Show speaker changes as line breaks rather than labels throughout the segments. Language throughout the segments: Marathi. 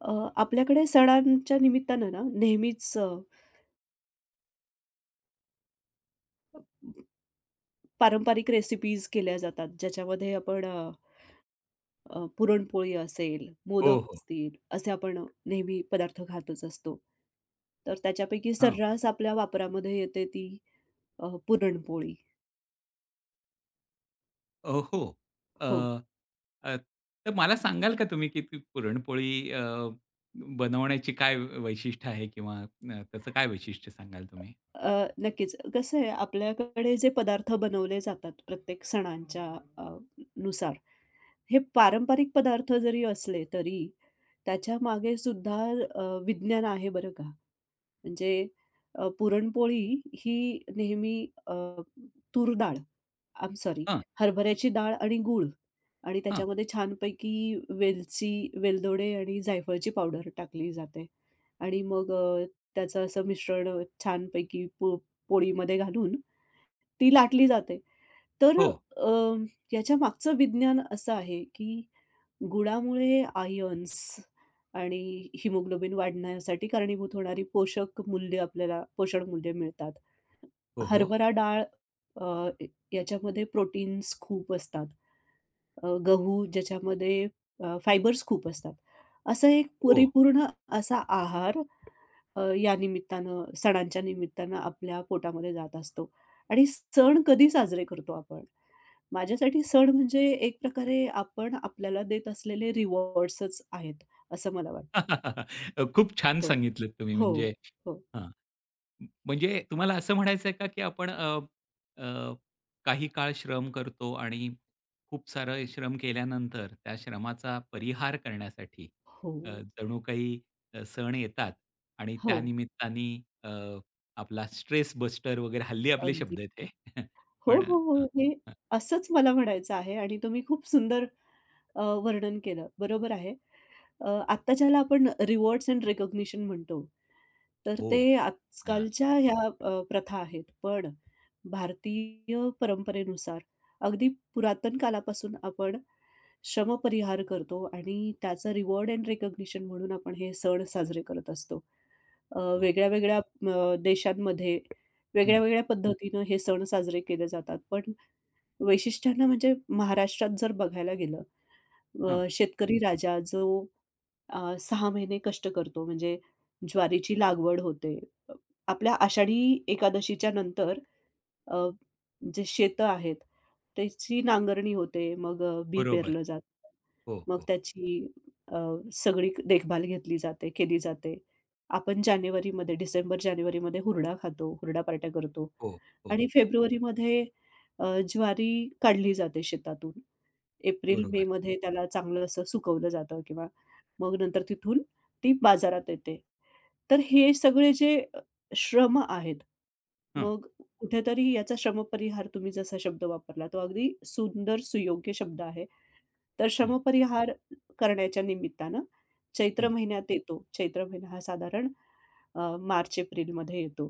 आपल्याकडे सणांच्या निमित्तानं ना नेहमीच पारंपरिक रेसिपीज केल्या जातात, ज्याच्यामध्ये आपण अ, अ, पुरणपोळी असेल,
हो,
मोदक
हो.
असतील, असे आपण नेहमी पदार्थ खातच असतो. तर त्याच्यापैकी
हां.
सर्रास आपल्या वापरामध्ये येते ती पुरणपोळी.
हो. अ,
हो.
अ, तर मला सांगाल का तुम्ही की ती पुरणपोळी बनवण्याची काय वैशिष्ट्य आहे किंवा त्याचं काय वैशिष्ट्य सांगाल तुम्ही?
अ, नक्कीच. कसं आहे आपल्याकडे जे पदार्थ बनवले जातात प्रत्येक सणांच्या अ, नुसार, हे पारंपरिक पदार्थ जरी असले तरी त्याच्यामागे सुद्धा विज्ञान आहे बरं का. म्हणजे पुरणपोळी ही नेहमी अ, तूर डाळ, आय एम सॉरी,
हां,
हरभऱ्याची डाळ आणि गूळ, आणि
हां.
त्याच्यामध्ये छानपैकी वेलची, वेलदोडे आणि जायफळची पावडर टाकली जाते आणि मग त्याचं असं मिश्रण छानपैकी पोळीमध्ये घालून ती लाटली जाते. तर
हो.
अ, याच्या मागचं विज्ञान असं आहे की गुळामुळे आयर्न्स आणि हिमोग्लोबिन वाढण्यासाठी कारणीभूत होणारी पोषक मूल्य, आपल्याला पोषण मूल्य मिळतात.
हो, हो.
हरभरा डाळ, अ, याच्यामध्ये प्रोटीन्स खूप असतात. गहू ज्याच्यामध्ये फायबर्स खूप असतात. असा एक
हो.
परिपूर्ण असा आहार या निमित्तानं, सणांच्या निमित्तानं आपल्या पोटामध्ये जात असतो. आणि सण कधी साजरे करतो आपण? माझ्यासाठी सण म्हणजे एक प्रकारे आपण आपल्याला देत असलेले रिवॉर्ड्सच आहेत, असं मला वाटतं.
खूप छान
हो,
सांगितलत तुम्ही
हो,
म्हणजे
हो,
हां. म्हणजे तुम्हाला असं म्हणायचं आहे का, की आपण अ, अ, काही काळ श्रम करतो आणि खूप सारं श्रम केल्यानंतर त्या श्रमाचा परिहार करण्यासाठी अ,
हो,
जणू काही सण येतात आणि
हो,
त्यानिमित्ताने अ, आपला स्ट्रेस बस्टर वगैरे हल्ली आपले
अगदी.
शब्द आहेत हे.
हो,
पण
हो, हो.
हां,
हे
हां.
असंच मला म्हणायचं आहे आणि तुम्ही खूप सुंदर वर्णन केलं. बरोबर आहे. आत्ता ज्याला आपण रिवॉर्ड्स अँड रिकॉग्निशन म्हणतो, तर
हो.
ते
हां,
आजकालच्या ह्या प्रथा आहेत. पण भारतीय परंपरेनुसार अगदी पुरातन कालापासून आपण श्रमपरिहार करतो आणि त्याचं रिवॉर्ड अँड रिकॉग्निशन म्हणून आपण हे सण साजरे करत असतो.
हो.
वेगळ्या-वेगळ्या देशांमध्ये
हं,
वेगळ्या-वेगळ्या पद्धतीनं हे सण साजरे केले जातात. पण वैशिष्ट्यांना म्हणजे, महाराष्ट्रात जर बघायला गेलं,
हां.
शेतकरी राजा जो 6 महिने कष्ट करतो, म्हणजे ज्वारीची लागवड होते. अ, आपल्या आषाढी एकादशीच्या नंतर अ, जे शेतं आहेत, त्याची नांगरणी होते. मग बी
बरोबर.
पेरलं जातं.
हो,
मग
हो,
त्याची अ, सगळी देखभाल घेतली जाते, केली जाते. आपण जानेवारीमध्ये, डिसेंबर-जानेवारीमध्ये हुरडा खातो, हुरडा पार्ट्या करतो.
हो, हो.
आणि फेब्रुवारीमध्ये ज्वारी काढली जाते शेतातून. एप्रिल,
बरोबर.
मेमध्ये त्याला चांगलं असं सुकवलं जातं किंवा मग नंतर तिथून ती बाजारात येते. तर हे सगळे जे श्रम आहेत, मग कुठेतरी याचा श्रमपरिहार, तुम्ही जसा शब्द वापरला, तो अगदी सुंदर, सुयोग्य शब्द आहे. तर
हं,
श्रमपरिहार करण्याच्या निमित्तानं
हं.
चैत्र महिन्यात येतो. चैत्र महिना हा साधारण अ, मार्च-एप्रिलमध्ये येतो.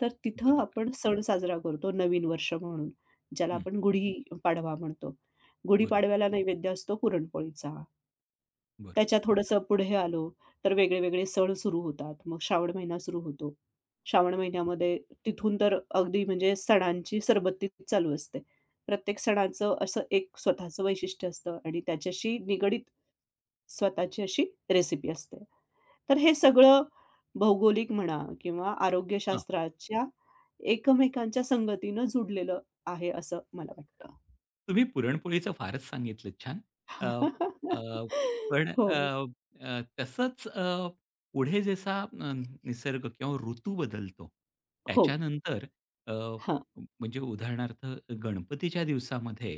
तर तिथं
बरोबर.
आपण सण साजरा करतो नवीन वर्ष म्हणून, ज्याला
हं.
आपण गुढीपाडवा म्हणतो.
बरोबर,
गुढीपाडव्याला नैवेद्य असतो पुरणपोळीचा.
बरोबर.
त्याच्या थोडंसं पुढे आलो, तर वेगळे-वेगळे सण सुरू होतात. मग श्रावण महिना सुरू होतो. श्रावण महिन्यामध्ये तिथून तर अगदी म्हणजे सणांची सरबत्ती चालू असते. प्रत्येक सणाचं असं एक स्वतःचं वैशिष्ट्य असतं आणि त्याच्याशी निगडीत स्वतःची अशी रेसिपी असते. तर हे सगळं भौगोलिक म्हणा किंवा
हां,
आरोग्यशास्त्राच्या, एकमेकांच्या संगतीनं जुडलेलं आहे असं मला वाटतं.
तुम्ही पुरणपोळीचं फारच सांगितलं छान. अ, अ, पण अ,
हो,
अ, तसंच पुढे जसा निसर्ग किंवा ऋतू बदलतो,
हो.
त्याच्यानंतर अ,
हां,
म्हणजे उदाहरणार्थ गणपतीच्या दिवसामध्ये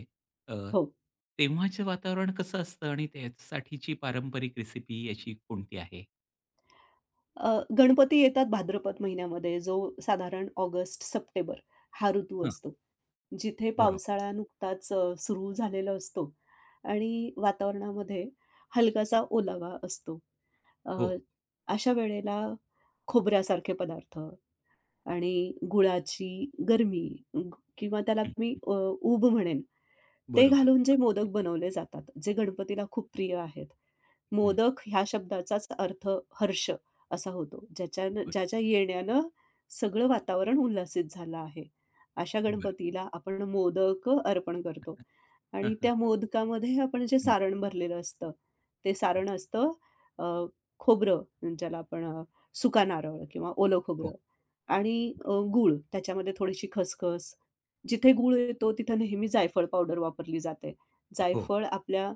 अ,
हो.
तेव्हाचं वातावरण कसं असतं आणि त्यासाठीची पारंपरिक रेसिपी अशी कोणती आहे?
गणपती येतात भाद्रपद महिन्यामध्ये, जो साधारण ऑगस्ट, सप्टेंबर हा ऋतू
हां,
असतो. जिथे
बरोबर.
पावसाळा नुकताच सुरू झालेला असतो आणि वातावरणामध्ये हलकासा ओलावा असतो. अ,
हो.
अशा वेळेला खोबऱ्यासारखे पदार्थ आणि गुळाची गरमी, किंवा त्याला
हं,
मी ऊब म्हणेन. ते
बरोबर.
घालून जे मोदक
हां.
बनवले जातात, जे गणपतीला खूप प्रिय आहेत.
हं,
मोदक ह्या शब्दाचाच अर्थ हर्ष असा होतो.
बरं,
ज्याच्या येण्यानं सगळं वातावरण उल्हासित झालं आहे. अशा
बरं.
गणपतीला आपण मोदक अर्पण करतो आणि
हं.
त्या मोदकामध्ये आपण जे
हं, हं.
सारण भरलेलं असतं, ते सारण असतं अ, खोबरं, ज्याला आपण सुका नारळ किंवा ओलं
हो,
खोबरं, आणि गूळ, त्याच्यामध्ये थोडीशी खसखस. जिथे गूळ येतो तिथं नेहमी जायफळ पावडर वापरली जाते.
हो,
जायफळ आपल्या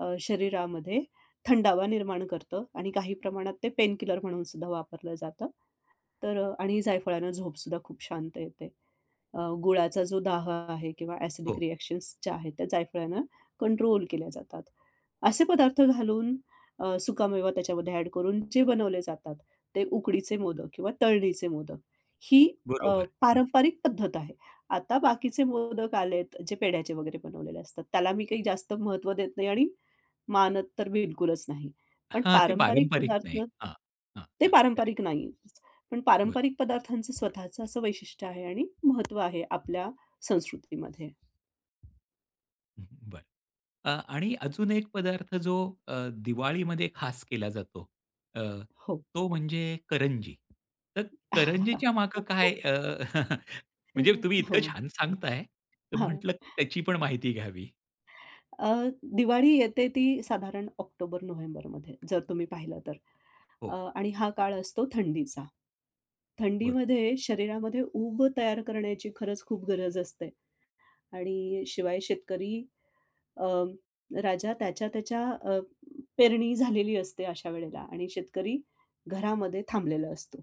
शरीरामध्ये थंडावा निर्माण करतं आणि काही प्रमाणात ते पेनकिलर म्हणून सुद्धा वापरलं जातं. तर आणि जायफळानं झोपसुद्धा खूप शांत येते. गुळाचा जो दाह आहे किंवा ॲसिडिक
हो.
रिएक्शन्स ज्या आहेत त्या जायफळानं कंट्रोल केल्या जातात. असे पदार्थ घालून, सुकामेवा त्याच्यामध्ये ॲड करून जे बनवले जातात, ते उकडीचे मोदक किंवा तळणीचे मोदक. ही अ,
बरोबर. हं.
पारंपरिक पद्धत आहे. आता बाकीचे मोदक आलेत, जे पेढ्याचे वगैरे बनवलेले असतात. त्याला मी काही जास्त महत्त्व देत नाही आणि मानत तर बिलकुलच नाही. पण
हां, ते
पारंपरिक
पारंपरिक
पदार्थ
नाही. हां, हां,
ते
हां. करेक्ट.
पारंपरिक नाहीच. पण
बरोबर.
पारंपरिक पदार्थांचं स्वतःचं असं वैशिष्ट्य आहे आणि महत्त्व आहे आपल्या संस्कृतीमध्ये.
हं, बरं. अ, आणि अजून एक पदार्थ जो अ, दिवाळीमध्ये खास केला जातो, अ,
हो.
तो म्हणजे करंजी. तर करंजीच्या मागे काय म्हणजे तुम्ही इतकं
हो.
छान सांगताय, तर
हां.
म्हटलं त्याची पण माहिती घ्यावी.
अ, दिवाळी येते ती साधारण ऑक्टोबर-नोव्हेंबरमध्ये, जर तुम्ही पाहिलं तर.
हो,
आणि हा काळ असतो थंडीचा.
बरं.
थंडीमध्ये शरीरामध्ये ऊब तयार करण्याची खरंच खूप गरज असते आणि शिवाय शेतकरी अ, राजा, त्याच्या त्याच्या पेरणी झालेली असते अशा वेळेला आणि शेतकरी घरामध्ये थांबलेला असतो.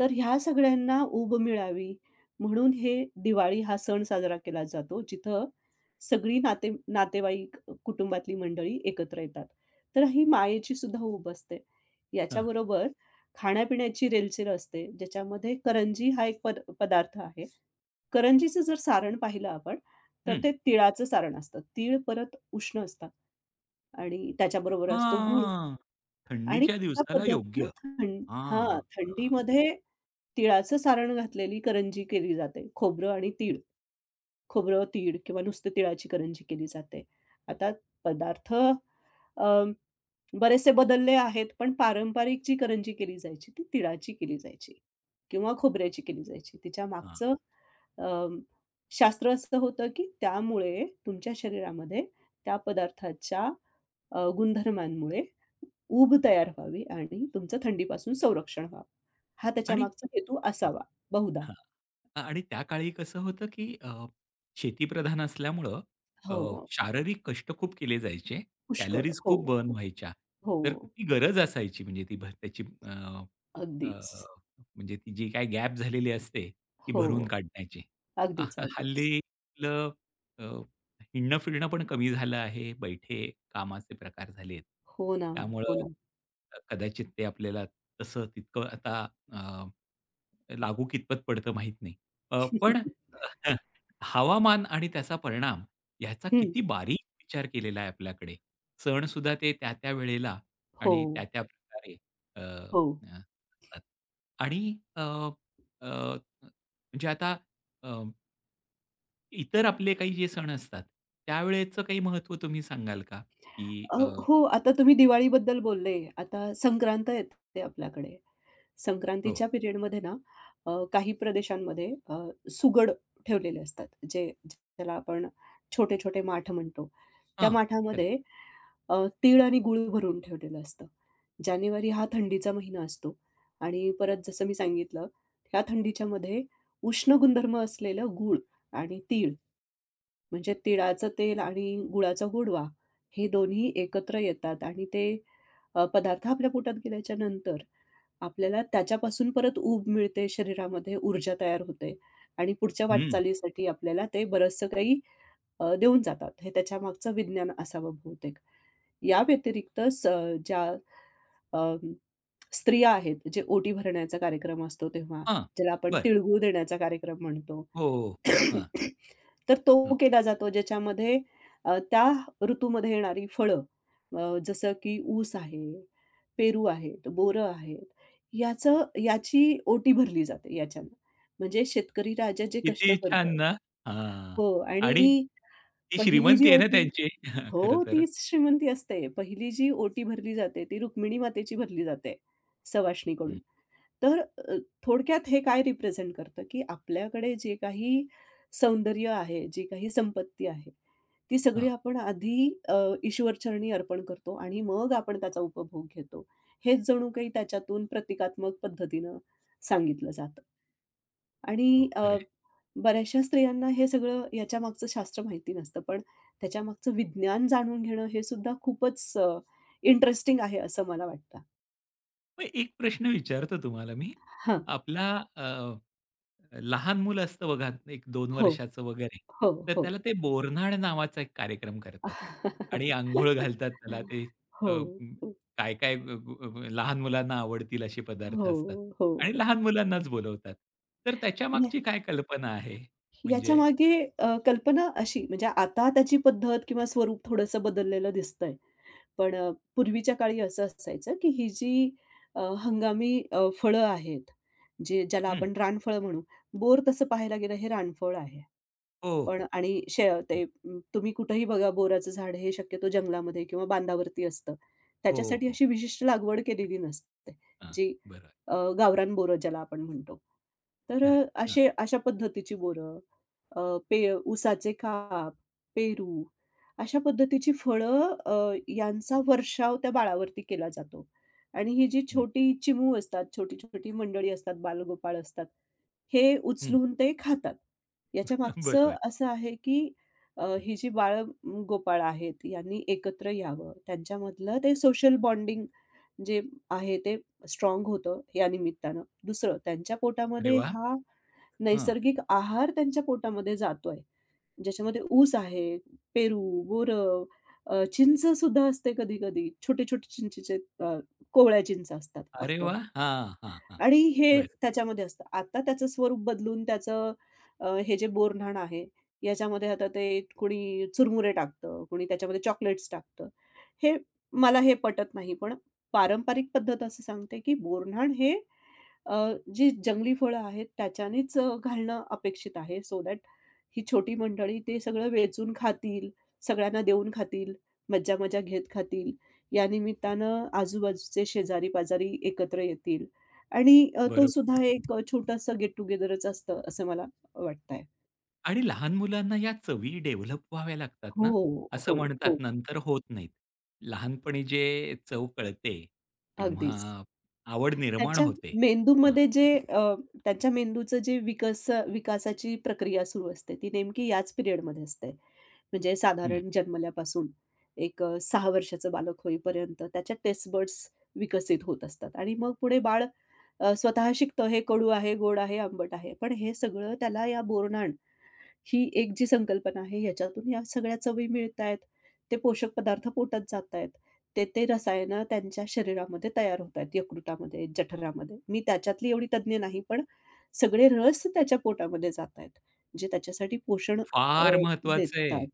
तर ह्या सगळ्यांना ऊब मिळावी म्हणून हे दिवाळी हा सण साजरा केला जातो, जिथं सगळी नाते नातेवाईक, कुटुंबातली मंडळी एकत्र येतात. तर ही मायेची सुद्धा ऊब असते.
हां,
याच्याबरोबर खाण्यापिण्याची रेलचेल असते, ज्याच्यामध्ये करंजी हा एक पदार्थ आहे. करंजीचं जर सारण पाहिलं आपण, तर
हं.
ते तिळाचं सारण असतं. तीळ परत उष्ण असतात आणि त्याच्याबरोबर असतो गूळ,
हां.
आणि
थंडीच्या
त्या
दिवसाला
पद्धतीनं
योग्य.
हां,
हां, हां,
थंडीमध्ये तिळाचं सारण घातलेली करंजी केली जाते. खोबरं आणि तीळ, खोबरं, तीळ किंवा नुसतं तिळाची करंजी केली जाते. आता पदार्थ अ, बरेचसे बदलले आहेत, पण पारंपरिक जी करंजी केली जायची, ती तिळाची केली जायची किंवा खोबऱ्याची केली जायची. तिच्या
हां.
मागचं अ, शास्त्र असं होतं, की त्यामुळे तुमच्या शरीरामध्ये, त्या पदार्थाच्या गुणधर्मांमुळे ऊब तयार व्हावी आणि तुमचं थंडीपासून संरक्षण व्हावं. हा
आणि
त्याच्यामागचा हेतू
हां.
असावा बहुधा.
हां. आणि त्या काळी कसं होतं, की शेतीप्रधान असल्यामुळं अ,
हो,
शारीरिक कष्ट खूप केले जायचे.
पुष्कळ.
कॅलरीज
हो,
खूप बर्न
हो,
व्हायच्या.
हो.
तर ती गरज असायची म्हणजे ती भर त्याची अ, अ,
अगदीच.
म्हणजे ती जी काही गॅप झालेली असते, ती
हो.
भरून काढण्याची. अ,
अगदीच, अगदीच.
हल्ली आपलं अ, हिंडणं-फिरणं पण कमी झालं आहे. बैठे कामाचे प्रकार झालेत.
हो ना, हो
त्यामुळं
ना.
कदाचित ते आपल्याला तसं तितकं आता अ, लागू कितपत पडतं माहीत नाही. पण हवामान आणि त्याचा परिणाम ह्याचा किती बारीक विचार केलेला आहे आपल्याकडे. सणसुद्धा ते त्या-त्या वेळेला
हो,
आणि त्या-त्या प्रकारे अ,
हो.
अ, असतात. आणि अ, अ, म्हणजे आता अ, इतर आपले काही जे सण असतात, त्यावेळेचं काही महत्त्व तुम्ही सांगाल का? की
अ, हो, आता तुम्ही दिवाळीबद्दल बोलले. आता संक्रांत येते आपल्याकडे.
हो.
संक्रांतीच्या पिरियडमध्ये ना, काही प्रदेशांमध्ये सुगड ठेवलेले असतात. ज्याला आपण छोटे-छोटे माठ म्हणतो. त्या
हां, करेक्ट.
माठामध्ये अ, तीळ आणि गूळ भरून ठेवलेलं असतं. जानेवारी हा थंडीचा महिना असतो आणि परत जसं मी सांगितलं, ह्या थंडीच्यामध्ये उष्ण गुणधर्म असलेलं गूळ आणि तीळ, म्हणजे तिळाचं तेल आणि गुळाचा गुडवा, हे दोन्ही एकत्र येतात आणि ते पदार्थ आपल्या पोटात गेल्याच्या नंतर आपल्याला त्याच्यापासून परत ऊब मिळते, शरीरामध्ये ऊर्जा तयार होते आणि पुढच्या वाटचालीसाठी आपल्याला ते बरचसं काही देऊन जातात. हे त्याच्यामागचं विज्ञान असावं बहुतेक. या व्यतिरिक्त ज्या अ, स्त्रिया आहेत, जे ओटी भरण्याचा कार्यक्रम असतो तेव्हा,
हां.
ज्याला आपण
बरं.
तिळगूळ देण्याचा कार्यक्रम म्हणतो.
हो, हो, हो.
तर तो
हां.
केला जातो, ज्याच्यामध्ये त्या ऋतूमध्ये येणारी फळं, जसं की ऊस आहे, पेरू आहेत, बोरं आहेत, याची ओटी भरली जाते याच्यानं. म्हणजे शेतकरी राजा जे कष्ट
किती छान
करतोय,
ना? हां.
हो,
आणि
आणि
ती
पहिली जी
श्रीमंती आहे ना
ओटी,
त्यांची खरं
हो,
तर.
तीच श्रीमंती असते. पहिली जी ओटी भरली जाते ती रुक्मिणी मातेची भरली जाते सवाष्णीकडून.
हं.
तर थोडक्यात हे काय रिप्रेझेंट करतं, की आपल्याकडे जे काही सौंदर्य आहे, जी काही संपत्ती आहे, ती सगळी
हां,
आपण आधी ईश्वरचरणी अर्पण करतो आणि मग आपण त्याचा उपभोग घेतो. हेच जणू काही त्याच्यातून प्रतिकात्मक पद्धतीनं सांगितलं जातं.
हो
आणि
खरं आहे.
बऱ्याचशा स्त्रियांना हे सगळं, याच्यामागचं शास्त्र माहिती नसतं. पण त्याच्यामागचं विज्ञान जाणून घेणं हे सुद्धा खूपच इंटरेस्टिंग आहे असं मला वाटतं.
मग एक प्रश्न विचारतो तुम्हाला मी.
हां.
आपला अ, लहान मुलं असतं बघा, एक दोन
हो.
वर्षाचं वगैरे,
हो,
तर
हो.
त्याला ते बोरन्हाण नावाचा एक कार्यक्रम करतात
हो,
आणि अंघोळ घालतात त्याला ते अ, म,
हो,
काय, काय अ, अ, लहान मुलांना आवडतील असे पदार्थ
हो,
असतात आणि
हो.
लहान मुलांनाच बोलवतात. तर
या
त्याच्यामागची काय कल्पना आहे?
याच्या
म्हणजे
मागे कल्पना अशी, म्हणजे आता त्याची पद्धत किंवा स्वरूप थोडंसं बदललेलं दिसतंय. पण पूर्वीच्या काळी असं असायचं, की ही जी हंगामी फळं आहेत, ज्याला
हं.
आपण रानफळं म्हणू. बोर तसं पाहायला गेलं हे रानफळ आहे.
हो,
पण
हो.
आणि शे ते अं, तुम्ही कुठेही बघा, बोराचं झाड हे शक्यतो जंगलामध्ये किंवा बांधावरती असतं.
हो,
त्याच्यासाठी
हो.
अशी विशिष्ट लागवड केलेली नसते.
हां,
जी
बरोबर.
गावरान बोरं ज्याला आपण म्हणतो. तर
खरं हां,
असे, अशा पद्धतीची बोरं, अ, ऊसाचे काप, पेरू, अशा पद्धतीची फळं, यांचा वर्षाव त्या बाळावरती केला जातो. आणि ही जी
हं,
छोटी चिमू असतात, छोटी-छोटी मंडळी असतात, बालगोपाळ असतात. हे
हं.
उचलून ते खातात. याच्यामागचं
बरोबर.
असं आहे की
हं.
ही जी बाळ-गोपाळ आहेत यांनी एकत्र यावं. त्यांच्यामधलं ते सोशल बॉन्डिंग जे आहे ते स्ट्राँग होतं या निमित्तानं. दुसरं, त्यांच्या
अरे
पोटामध्ये
वाह!
हा
हं.
नैसर्गिक आहार त्यांच्या पोटामध्ये जातोय. ज्याच्यामध्ये ऊस आहे, पेरू, बोरं, चिंच सुद्धा असते कधी-कधी. छोटे-छोटे चिंचेचे, अ, कोवळ्या चिंच असतात,
अरे
अफकर.
वाह! हां, हां, हां.
आणि हे
बरं,
त्याच्यामध्ये असतं. आता त्याचं स्वरूप बदलून, त्याचं हे जे बोरन्हाण आहे, याच्यामध्ये आता ते कोणी चुरमुरे टाकतं, कोणी त्याच्यामध्ये चॉकलेट्स टाकतं. हे मला हे पटत नाही. पण पारंपरिक पद्धत असं सांगते, की बोरन्हाण हे अ, जी जंगली फळं आहेत त्याच्यानेच घालणं अपेक्षित आहे. सो दॅट ही छोटी मंडळी ते सगळं वेचून खातील, सगळ्यांना देऊन खातील, मज्जा-मजा घेत खातील. या निमित्तानं आजूबाजूचे शेजारी-पाजारी एकत्र येतील. आणि तो
बरोबर.
सुद्धा एक छोटासा गेट टुगेदरच असतं असं मला वाटतंय.
आणि लहान मुलांना या चवी डेव्हलप व्हाव्या लागतात ना,
हो,
असं
हो,
म्हणतात
हो.
नंतर होत नाहीत. लहानपणी जे चव कळते
अगदीच.
किंवा आवड निर्माण
त्याच्या
होते. हां,
मेंदूमध्ये जे अ, त्याच्या मेंदूचं जे विकासाची प्रक्रिया सुरू असते ती नेमकी याच पिरियडमध्ये असते. म्हणजे
हं.
साधारण जन्मल्यापासून एक, 6 वर्षाचं बालक होईपर्यंत, त्याच्या टेस्ट बड्स विकसित होत असतात आणि मग पुढे बाळ स्वतः शिकतं हे कडू आहे, गोड आहे, आंबट आहे. पण हे सगळं त्याला या बोरन्हाण, ही एक जी संकल्पना आहे ह्याच्यातून, या सगळ्या चवी मिळतायत. ते पोषक पदार्थ पोटात जातायत. ते रसायनं त्यांच्या शरीरामध्ये तयार होतायत, यकृतामध्ये, जठरामध्ये. मी त्याच्यातली एवढी तज्ञ नाही, पण सगळे रस त्याच्या पोटामध्ये जातायत, जे त्याच्यासाठी पोषण अ,
फार महत्वाचं आहे.
देतात.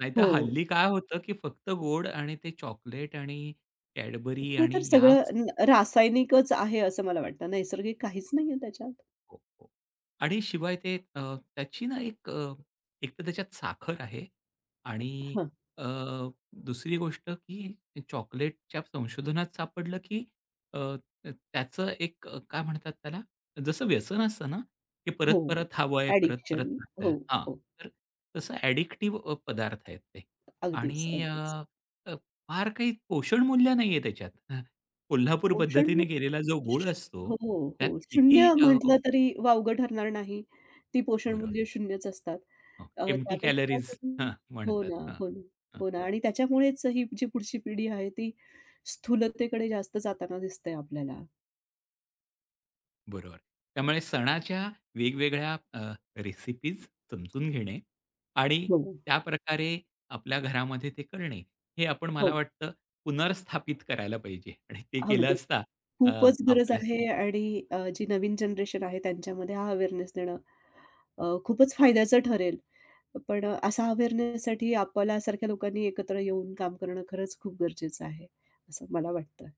नाहीतर
हो.
हल्ली काय होतं, की फक्त गोड आणि ते चॉकलेट आणि Cadbury
ते तर
आणि
सगळं
याच
न रासायनिकच आहे असं मला वाटतं. नैसर्गिक काहीच नाहीये त्याच्यात.
हो, हो. आणि शिवाय ते त्याची ना एक एकतर त्याच्यात साखर आहे आणि
हां.
अ, दुसरी गोष्ट की चॉकलेटच्या संशोधनात सापडलं की अ, त्याचं एक काय म्हणतात त्याला? जसं व्यसन असतं ना, की
हो.
परत-परत हवंय, परत-परत
ॲडिक्शन.
लागतंय.
हो,
हां,
हो.
तर तसं ॲडिक्टिव्ह पदार्थ आहेत ते
अगदीच,
आणि अ,
अगदीच.
अ, फार काही पोषण मूल्य नाहीये त्याच्यात. कोल्हापूर
पोषण,
पद्धतीने केलेला जो गूळ असतो,
हो,
त्यात
हो.
किती
0
अ
म्हटलं तरी वावगं ठरणार नाही. ती
बरोबर.
पोषणमूल्य 0च असतात.
हो, एम्प्टी
त्यापेक्षा
कॅलरीज हां,
तुम्ही हो
म्हणतात.
ना,
हां,
हो ना,
हां,
हो ना. आणि त्याच्यामुळेच ही जी पुढची पिढी आहे ती स्थूलतेकडे जास्त जाताना दिसतंय आपल्याला.
बरोबर. त्यामुळे सणाच्या वेगवेगळ्या रेसिपीज समजून घेणे आणि
हो,
त्याप्रकारे आपल्या घरामध्ये ते करणे, हे आपण मला
हो.
वाटतं पुनर्स्थापित करायला पाहिजे आणि ते केलं
अगदी
असता अ,
खूपच गरज
आपल्या
आहे. आणि जी नवीन जनरेशन आहे त्यांच्यामध्ये हा अवेअरनेस देणं खूपच फायद्याचं ठरेल. पण असा अवेअरनेससाठी आपल्यासारख्या लोकांनी एकत्र येऊन काम करणं खरंच खूप गरजेचं आहे, असं मला वाटतं.